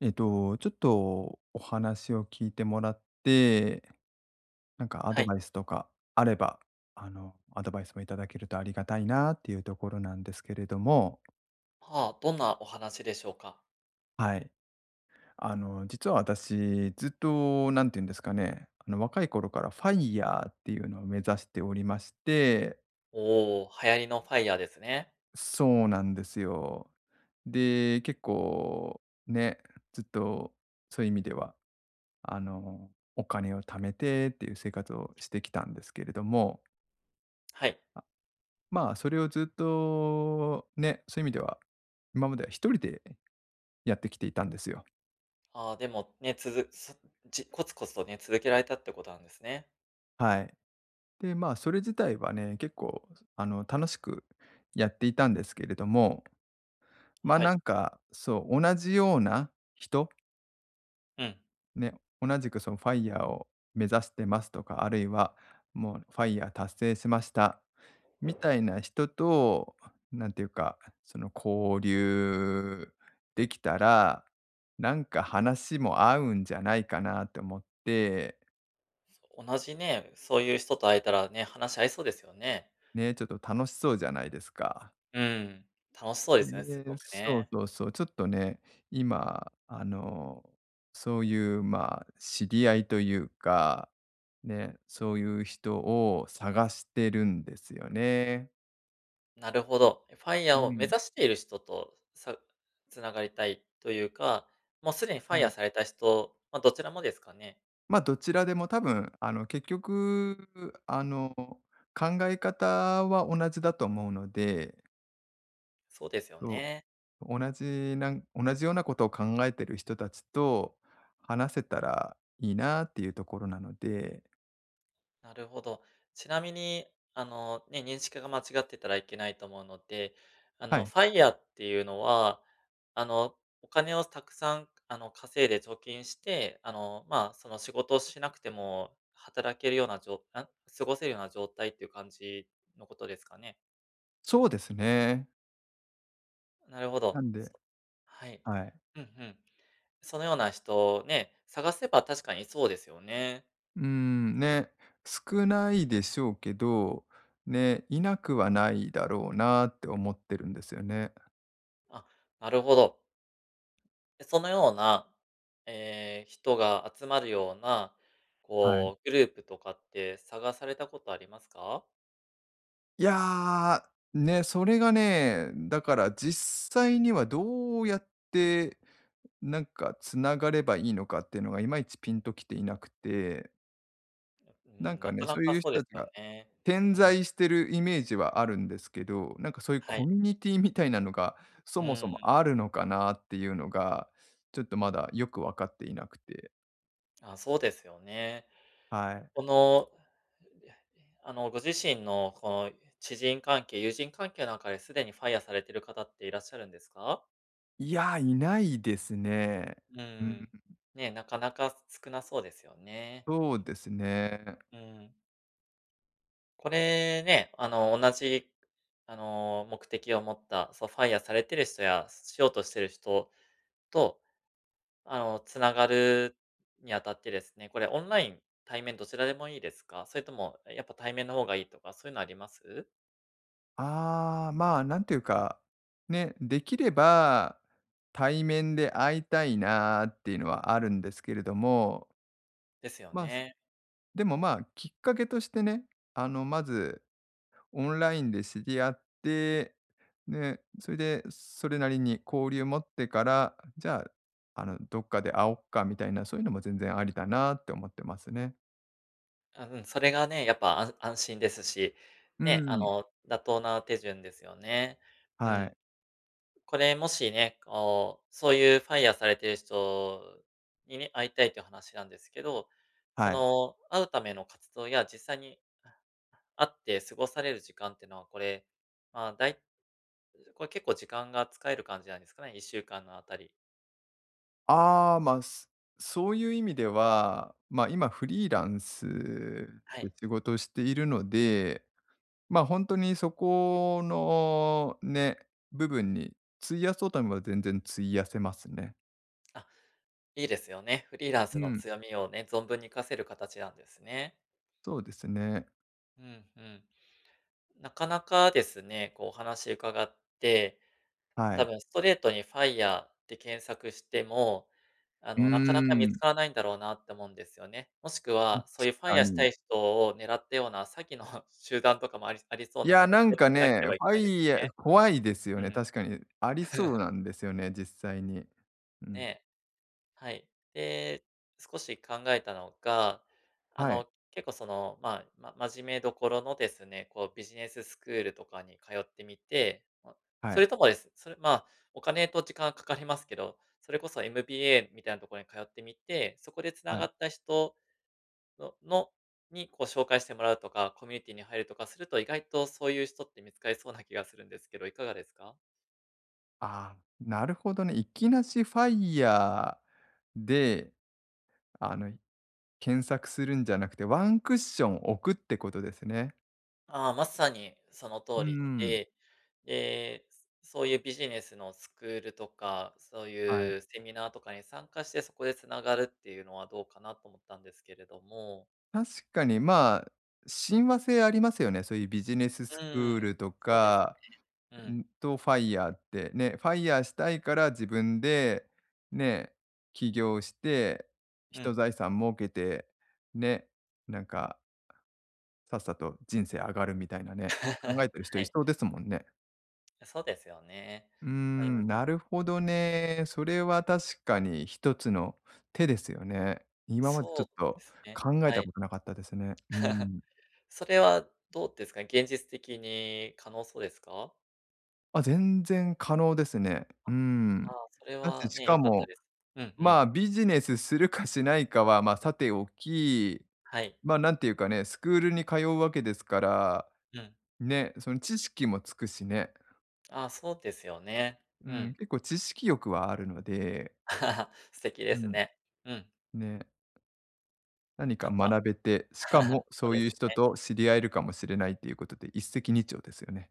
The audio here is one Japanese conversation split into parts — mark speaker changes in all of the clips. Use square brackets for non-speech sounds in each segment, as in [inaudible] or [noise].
Speaker 1: ちょっとお話を聞いてもらって、なんかア
Speaker 2: は
Speaker 1: ド
Speaker 2: い。
Speaker 1: バイスとかあれば、アドバイスもいただけるとありがたいなっていうところなんですけれども、
Speaker 2: はあ、どんなお話でしょうか？
Speaker 1: はい。実は私、ずっと、なんていうんですかね、若い頃からファイヤーっていうのを目指しておりまして、
Speaker 2: おおー、流行りのファイヤーですね。
Speaker 1: そうなんですよ。で、結構、ね、ずっと、そういう意味ではあの、お金を貯めてっていう生活をしてきたんですけれども、
Speaker 2: はい。
Speaker 1: まあ、それをずっとね、そういう意味では、今までは一人でやってきていたんですよ。
Speaker 2: ああ、でもね、つづそじコツコツとね、続けられたってことなんですね。
Speaker 1: はい。で、まあ、それ自体はね、結構、楽しくやっていたんですけれども、ま、あ
Speaker 2: は
Speaker 1: な
Speaker 2: い。
Speaker 1: んか、そう、同じような人、
Speaker 2: うん。
Speaker 1: ね、同じくそのファイヤーを目指してますとか、あるいはもうファイヤー達成しましたみたいな人と、なんていうか、その交流できたら、なんか話も合うんじゃないかなって思って、
Speaker 2: 同じね、そういう人と会えたらね、話し合いそうですよね。
Speaker 1: ね、ちょっと楽しそうじゃないですか。
Speaker 2: うん。楽しそうですね、すご
Speaker 1: で、
Speaker 2: く
Speaker 1: そう
Speaker 2: ね。
Speaker 1: そうそう、ちょっとね、今、そういう、まあ、知り合いというか、ね、そういう人を探してるんですよね。
Speaker 2: なるほど。ファイヤ
Speaker 1: う
Speaker 2: ーを目
Speaker 1: ん。
Speaker 2: 指している人と、つながりたいというか、もうすでにフ
Speaker 1: う
Speaker 2: ァイヤー
Speaker 1: ん。
Speaker 2: された人、まあ、どちらもですかね？
Speaker 1: ま、あどちらでも多分、結局、あの、考え方は同じだと思うので、
Speaker 2: そうですよ
Speaker 1: そ
Speaker 2: ね。
Speaker 1: う、同じようなことを考えてる人たちと話せたらいいなっていうところなので。
Speaker 2: なるほど。ちなみに、ね、認識が間違ってたらいけないと思うので、
Speaker 1: はい、
Speaker 2: ファイヤーっていうのは、あの、お金をたくさん、稼いで貯金して、まあ、その仕事をしなくても働けるようなじょあ、過ごせるような状態っていう感じのことですかね。
Speaker 1: そうですね。
Speaker 2: なるほ
Speaker 1: な
Speaker 2: ど。
Speaker 1: んで。
Speaker 2: はい。
Speaker 1: はい。
Speaker 2: うんうん。そのような人をね、探せば確かにそうですよね。
Speaker 1: うーん、ね、少ないでしょうけど、ね、いなくはないだろうなって思ってるんですよね。
Speaker 2: あ、なるほど。で、そのような、え人が集まるような、
Speaker 1: はい。
Speaker 2: こう、グループとかって探されたことありますか？
Speaker 1: いやー、ね、それがね、だから実際にはどうやって、なんか繋がればいいのかっていうのがいまいちピンときていなくて、
Speaker 2: う
Speaker 1: なん
Speaker 2: ん、
Speaker 1: か
Speaker 2: な
Speaker 1: ね、
Speaker 2: かな
Speaker 1: そう
Speaker 2: か
Speaker 1: いう
Speaker 2: そう
Speaker 1: 人
Speaker 2: で
Speaker 1: た
Speaker 2: す
Speaker 1: ち
Speaker 2: よ
Speaker 1: が
Speaker 2: ね。
Speaker 1: 点
Speaker 2: うん、
Speaker 1: 在してるイメージはあるんですけど、なんかそういう
Speaker 2: は
Speaker 1: コ
Speaker 2: い。
Speaker 1: ミュニティみたいなのが、そ
Speaker 2: う
Speaker 1: もそ
Speaker 2: ん、
Speaker 1: もあるのかなっていうのが、ちょっとまだよく分かっていなくて、
Speaker 2: あ、そうですよね。
Speaker 1: はい。
Speaker 2: この、ご自身のこの知人関係、友人関係の中ですでにファイアされてる方っていらっしゃるんですか？
Speaker 1: いやー、いないですね。
Speaker 2: う
Speaker 1: うん、
Speaker 2: ん。ね、なかなか少なそうですよね。
Speaker 1: そうですね。
Speaker 2: うん。これね、あの、同じ、あの、目的を持った、そう、ファイアされてる人や、しようとしてる人と、つながるにあたってですね、これオンライン、対面どちらでもいいですか？それとも、やっぱ対面の方がいいとか、そういうのあります？
Speaker 1: ああ、まあ、なんていうか、ね、できれば対面で会いたいなっていうのはあるんですけれども、
Speaker 2: ですよ
Speaker 1: まあ、
Speaker 2: ね。
Speaker 1: でも、まあ、きっかけとしてね、まずオンラインで知り合って、ね、それでそれなりに交流持ってから、じゃあ、どっかで会おっかみたいな、そういうのも全然ありだなって思ってますね。
Speaker 2: あ、うん、それがね、やっぱ、安心ですし、
Speaker 1: う
Speaker 2: ね、
Speaker 1: ん、
Speaker 2: 妥当な手順ですよね。う
Speaker 1: はい、
Speaker 2: ん。これもしね、こう、そういうファイヤーされてる人にね、会いたいっていう話なんですけど、そ
Speaker 1: はい。
Speaker 2: の、会うための活動や、実際に会って過ごされる時間ってのは、これ、まあ、これ結構時間が使える感じなんですかね、1週間のあたり。
Speaker 1: ああ、まあ、そういう意味では、ま、あ今フリーランス
Speaker 2: は
Speaker 1: で
Speaker 2: い。
Speaker 1: 仕事をしているので、まあ、ほんとにそこのね、部分に費やそうと思えば全然費やせますね。
Speaker 2: あ、いいですよね。フリーランス
Speaker 1: う
Speaker 2: の
Speaker 1: ん。
Speaker 2: 強みをね、存分に活かせる形なんですね。
Speaker 1: そうですね、
Speaker 2: うんうん。なかなかですね、こうお話伺って
Speaker 1: は
Speaker 2: 多
Speaker 1: い。
Speaker 2: 分ストレートにファイヤーって検索しても、
Speaker 1: うー
Speaker 2: なかなか見つ
Speaker 1: ん。
Speaker 2: からないんだろうなって思うんですよね。もしく
Speaker 1: 確
Speaker 2: は、そういうファイ
Speaker 1: か
Speaker 2: ヤーした
Speaker 1: に。
Speaker 2: い人を狙ったような詐欺の [laughs] 集団とかもありそう
Speaker 1: い
Speaker 2: な
Speaker 1: や、
Speaker 2: ので、
Speaker 1: な
Speaker 2: 気
Speaker 1: ん
Speaker 2: をつ
Speaker 1: か
Speaker 2: けなけ
Speaker 1: ね、
Speaker 2: ればい
Speaker 1: フ
Speaker 2: け
Speaker 1: ァ
Speaker 2: ないです
Speaker 1: イ
Speaker 2: よ
Speaker 1: ヤ
Speaker 2: ね。
Speaker 1: 怖いですよ
Speaker 2: う
Speaker 1: ね、
Speaker 2: ん。
Speaker 1: 確かに。ありそうなんですよね、実際に。うん。
Speaker 2: ねえ。はい。で、少し考えたのが、
Speaker 1: はい、
Speaker 2: 結構その、まあ、真面目どころのですね、こうビジネススクールとかに通ってみて、ま、
Speaker 1: は
Speaker 2: そ
Speaker 1: い、
Speaker 2: れともです、それ、まあ、お金と時間かかりますけど、それこそ MBA みたいなところに通ってみて、そこで繋
Speaker 1: は
Speaker 2: が
Speaker 1: い。
Speaker 2: った人ののにこう紹介してもらうとか、コミュニティに入るとかすると、意外とそういう人って見つかりそうな気がするんですけど、いかがですか？
Speaker 1: ああ、なるほどね。いきなしファイヤーで、あの、検索するんじゃなくて、ワンクッション置くってことですね。
Speaker 2: ああ、まさにその
Speaker 1: う
Speaker 2: 通り
Speaker 1: ん。
Speaker 2: で、で、そういうビジネスのスクールとか、そう
Speaker 1: はい。
Speaker 2: いうセミナーとかに参加して、そこでつながるっていうのはどうかなと思ったんですけれども。
Speaker 1: 確かに、まあ、親和性ありますよね。そういうビジネス
Speaker 2: う
Speaker 1: スクー
Speaker 2: ーん、
Speaker 1: ルと
Speaker 2: そうです。
Speaker 1: か、
Speaker 2: うん、
Speaker 1: ファイヤーって。ね、ファイヤーしたいから自分で、ね、起業して、
Speaker 2: う
Speaker 1: 人
Speaker 2: ん。
Speaker 1: 財産儲けて、ね、なんか、さっさと人生上がるみたいな
Speaker 2: [laughs]
Speaker 1: ね、考
Speaker 2: は
Speaker 1: えてる人い
Speaker 2: い。
Speaker 1: そうですもんね。
Speaker 2: そうですよね。
Speaker 1: うー
Speaker 2: う
Speaker 1: ん、
Speaker 2: ん、
Speaker 1: なるほどね。それは確かに一つの手ですよね。今までち
Speaker 2: そ
Speaker 1: ょ
Speaker 2: う
Speaker 1: っ
Speaker 2: で
Speaker 1: と
Speaker 2: すね、
Speaker 1: 考え
Speaker 2: は
Speaker 1: た
Speaker 2: い。
Speaker 1: ことなかったですね。う
Speaker 2: [laughs]
Speaker 1: ん。
Speaker 2: それはどうですか？現実的に可能そうですか？
Speaker 1: あ、全然可能ですね。うん。
Speaker 2: ああ、それ
Speaker 1: だし、
Speaker 2: は
Speaker 1: し
Speaker 2: ね、
Speaker 1: か
Speaker 2: 良かった
Speaker 1: も、
Speaker 2: です。うんう
Speaker 1: ま
Speaker 2: ん。
Speaker 1: あ、ビジネスするかしないかは、ま、あさておき、
Speaker 2: はい。
Speaker 1: ま、あなんていうかね、スクールに通うわけですから、
Speaker 2: うん。
Speaker 1: ね、その知識もつくしね。
Speaker 2: あ、そうですよね。
Speaker 1: う
Speaker 2: う
Speaker 1: ん、
Speaker 2: ん。
Speaker 1: 結構知識欲はあるので、
Speaker 2: [laughs] 素敵
Speaker 1: う
Speaker 2: です
Speaker 1: ん、
Speaker 2: ね。うん。
Speaker 1: ね。何
Speaker 2: な
Speaker 1: か
Speaker 2: んか、
Speaker 1: 学べて、しか
Speaker 2: [laughs]
Speaker 1: も
Speaker 2: そ
Speaker 1: そ
Speaker 2: う
Speaker 1: う
Speaker 2: で
Speaker 1: いう
Speaker 2: す
Speaker 1: 人
Speaker 2: ね。
Speaker 1: と知り合えるかもしれないっていうことで、一石二鳥ですよね。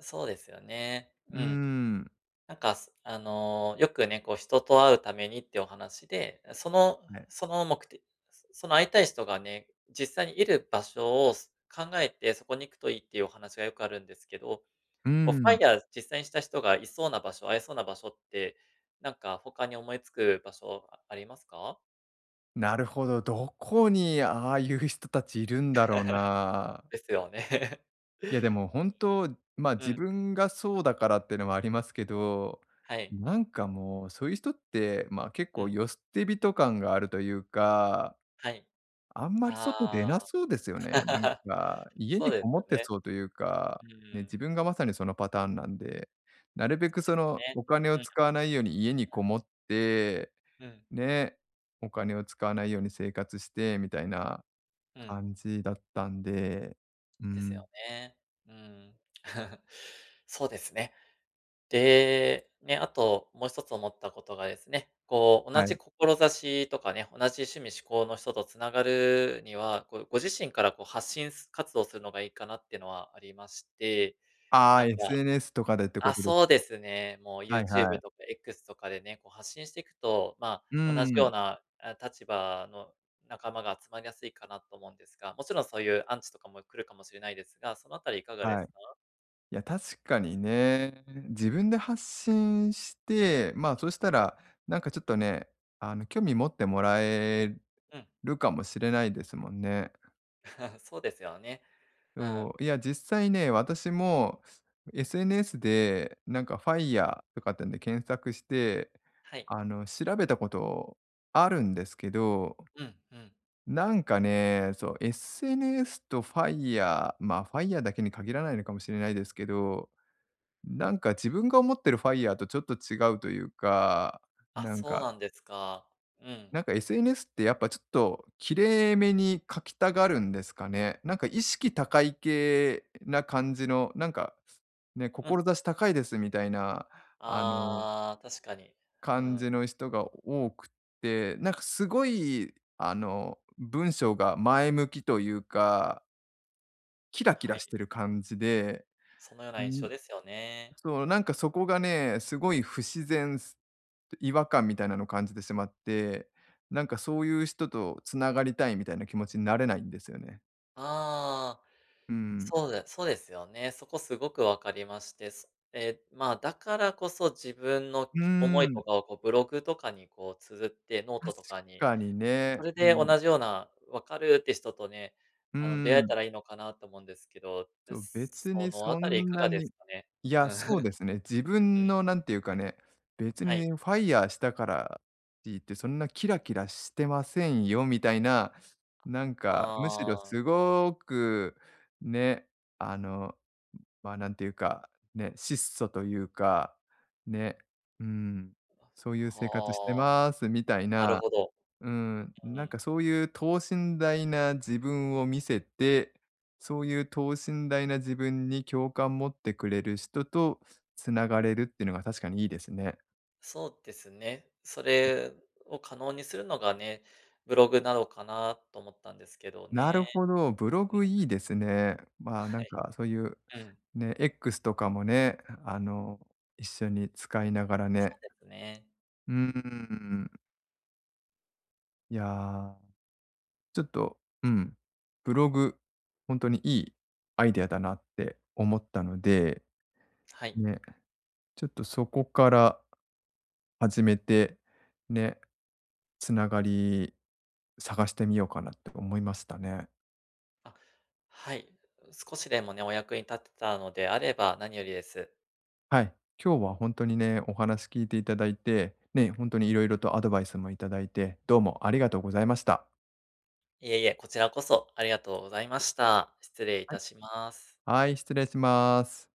Speaker 2: そうですよね。
Speaker 1: うー
Speaker 2: うん。
Speaker 1: ん。
Speaker 2: なんか、すあの、よくね、こう人と会うためにってお話で、その
Speaker 1: はい。
Speaker 2: その目的その会いたい人がね、実際にいる場所を考えて、そこに行くといいっていうお話がよくあるんですけど、
Speaker 1: うー
Speaker 2: こう
Speaker 1: ん。
Speaker 2: FIRE 実際にした人がいそうな場所、会えそうな場所って、なんか他に思いつく場所あありますか？
Speaker 1: なるほど。どこにああいう人たちいるんだろうな。
Speaker 2: ですよね。
Speaker 1: いや、で
Speaker 2: [laughs]
Speaker 1: も本当、ま、
Speaker 2: う
Speaker 1: 自
Speaker 2: ん。
Speaker 1: 分がそうだからっていうのもありますけど、
Speaker 2: はい。
Speaker 1: なんかもう、そういう人って、ま、結
Speaker 2: う
Speaker 1: 構
Speaker 2: ん。
Speaker 1: よ捨て人感があるというか、
Speaker 2: はい。
Speaker 1: あんまり外出な
Speaker 2: ああ。
Speaker 1: そうですよね。なん
Speaker 2: [laughs]
Speaker 1: か、家
Speaker 2: そ
Speaker 1: に
Speaker 2: うで
Speaker 1: こ
Speaker 2: す
Speaker 1: も
Speaker 2: よ
Speaker 1: って
Speaker 2: ね。
Speaker 1: そうというか、
Speaker 2: う
Speaker 1: ね、自
Speaker 2: ん。
Speaker 1: 分がまさにそのパターンなんで、なるべ
Speaker 2: そ
Speaker 1: く
Speaker 2: うで
Speaker 1: そ
Speaker 2: すよ
Speaker 1: の
Speaker 2: ね。
Speaker 1: お金を
Speaker 2: うんうん。
Speaker 1: 使わないように家にこもって、
Speaker 2: うん。
Speaker 1: ね、お金を使わないように生活してみたいな
Speaker 2: うん。
Speaker 1: 感じだったんで、う
Speaker 2: です
Speaker 1: ん、
Speaker 2: よね。うん。[laughs] そうですね。で、ね、あともう一つ思ったことがですね、こう同
Speaker 1: はい。
Speaker 2: じ志とかね、同じ趣味思考の人とつながるには、こうご自身からこう発信す活動するのがいいかなっていうのはありまして、
Speaker 1: ああ、
Speaker 2: なんか
Speaker 1: SNS とかでってこ
Speaker 2: あ、
Speaker 1: とです。
Speaker 2: そうですね。もう
Speaker 1: はいは
Speaker 2: YouTube と
Speaker 1: い。
Speaker 2: か X とかでね、こう発信していくと、ま
Speaker 1: う
Speaker 2: あ、同じよ
Speaker 1: ん、
Speaker 2: うな、あ、立場の仲間が集まりやすいかなと思うんですが、もちろんそういうアンチとかも来るかもしれないですが、そのあたりいかがで
Speaker 1: はい。
Speaker 2: すか？
Speaker 1: いや、確かにね。自分で発信して、まあ、そしたら、なんかちょっとね、興味持ってもらえ
Speaker 2: うん。
Speaker 1: るかもしれないですもんね。
Speaker 2: [laughs] そうですよね。うん。
Speaker 1: そう、いや、実際ね、私も SNS で、なんかファイ r ーとかってんで検索して、
Speaker 2: はい。
Speaker 1: 調べたことあるんですけど、
Speaker 2: うんうん。
Speaker 1: なんかね、そう、SNS とファイ r ー、まあ、ファイ r ーだけに限らないのかもしれないですけど、なんか自分が思ってるファイヤーとちょっと違うというか、
Speaker 2: あ、
Speaker 1: なん
Speaker 2: そう
Speaker 1: か
Speaker 2: なんですか。うん。
Speaker 1: なんか SNS ってやっぱちょっと綺麗めに書きたがるんですかね。なんか意識高い系な感じの、なんか、ね、
Speaker 2: うん。
Speaker 1: 志高いですみたいな、あの、
Speaker 2: ああ、確かに。う
Speaker 1: 感
Speaker 2: ん。
Speaker 1: じの人が多くって、なんかすごい、文章が前向きというか、キラキ
Speaker 2: は
Speaker 1: ラし
Speaker 2: い。
Speaker 1: てる感じで、
Speaker 2: そのような印
Speaker 1: ん、
Speaker 2: 象ですよね。
Speaker 1: そう、なんかそこがね、すごい不自然違和感みたいなのを感じてしまって、なんかそういう人とつながりたいみたいな気持ちになれないんですよね。
Speaker 2: ああ。
Speaker 1: うん。
Speaker 2: そうですよね。そこすごく分かりまして、そえー、まあ、だからこそ自分の
Speaker 1: うー
Speaker 2: 思いと
Speaker 1: ん、
Speaker 2: かをこうブログとかにこう綴って、ノート
Speaker 1: 確
Speaker 2: とかに、
Speaker 1: かに
Speaker 2: そ
Speaker 1: ね。
Speaker 2: れ
Speaker 1: う
Speaker 2: で同
Speaker 1: ん。
Speaker 2: じような「分かる」って人とね、
Speaker 1: う
Speaker 2: 出
Speaker 1: ー
Speaker 2: 会え
Speaker 1: ん。
Speaker 2: たらいいのかなと思うんですけど、
Speaker 1: そう、別
Speaker 2: そ
Speaker 1: に
Speaker 2: のあ
Speaker 1: そ
Speaker 2: たりい
Speaker 1: ん
Speaker 2: か
Speaker 1: な
Speaker 2: がで
Speaker 1: に、
Speaker 2: すかね？
Speaker 1: い
Speaker 2: う
Speaker 1: や、
Speaker 2: ん。
Speaker 1: そうで
Speaker 2: [laughs]
Speaker 1: すね。自
Speaker 2: う
Speaker 1: 分
Speaker 2: ん、
Speaker 1: のなんていうかね、別
Speaker 2: は
Speaker 1: に
Speaker 2: い。
Speaker 1: ファイヤーしたからって言って、そんなキラキラしてませんよみたいな、なんか、むしろ
Speaker 2: ああ、
Speaker 1: すごくね、あの、まあ、なんていうか、ね、質素というか、ね、うん、そういう生活して
Speaker 2: は
Speaker 1: ますみたい
Speaker 2: あ、なる
Speaker 1: な、
Speaker 2: ほど。
Speaker 1: うん、
Speaker 2: う
Speaker 1: なん
Speaker 2: ん。
Speaker 1: かそういう等身大な自分を見せて、そういう等身大な自分に共感持ってくれる人とつながれるっていうのが確かにいいですね。
Speaker 2: そうですね。それを可能にするのがね、ブログなのかなと思ったんですけど
Speaker 1: なる
Speaker 2: ね。
Speaker 1: ほど、ブログいいですね。まあ、な
Speaker 2: は
Speaker 1: ん
Speaker 2: い。
Speaker 1: かそういう
Speaker 2: うん、
Speaker 1: ね、X とかもね、あの、一緒に使いながら
Speaker 2: そ
Speaker 1: ね。
Speaker 2: うですね。
Speaker 1: うーん、いやー、ちょっと、うん、ブログ、本当にいいアイデアだなって思ったので、
Speaker 2: はい。
Speaker 1: ね。ちょっとそこから始めて、ね、つながり探してみようかなって思いましたね。
Speaker 2: あ、はい。少しでもね、お役に立てたのであれば何よりです。
Speaker 1: はい。今日は本当にね、お話聞いていただいて、ね、本当にいろいろとアドバイスもいただいて、どうもありがとうございました。
Speaker 2: いえいえ、こちらこそありがとうございました。失礼い
Speaker 1: はい。
Speaker 2: たします。
Speaker 1: はい、失礼します。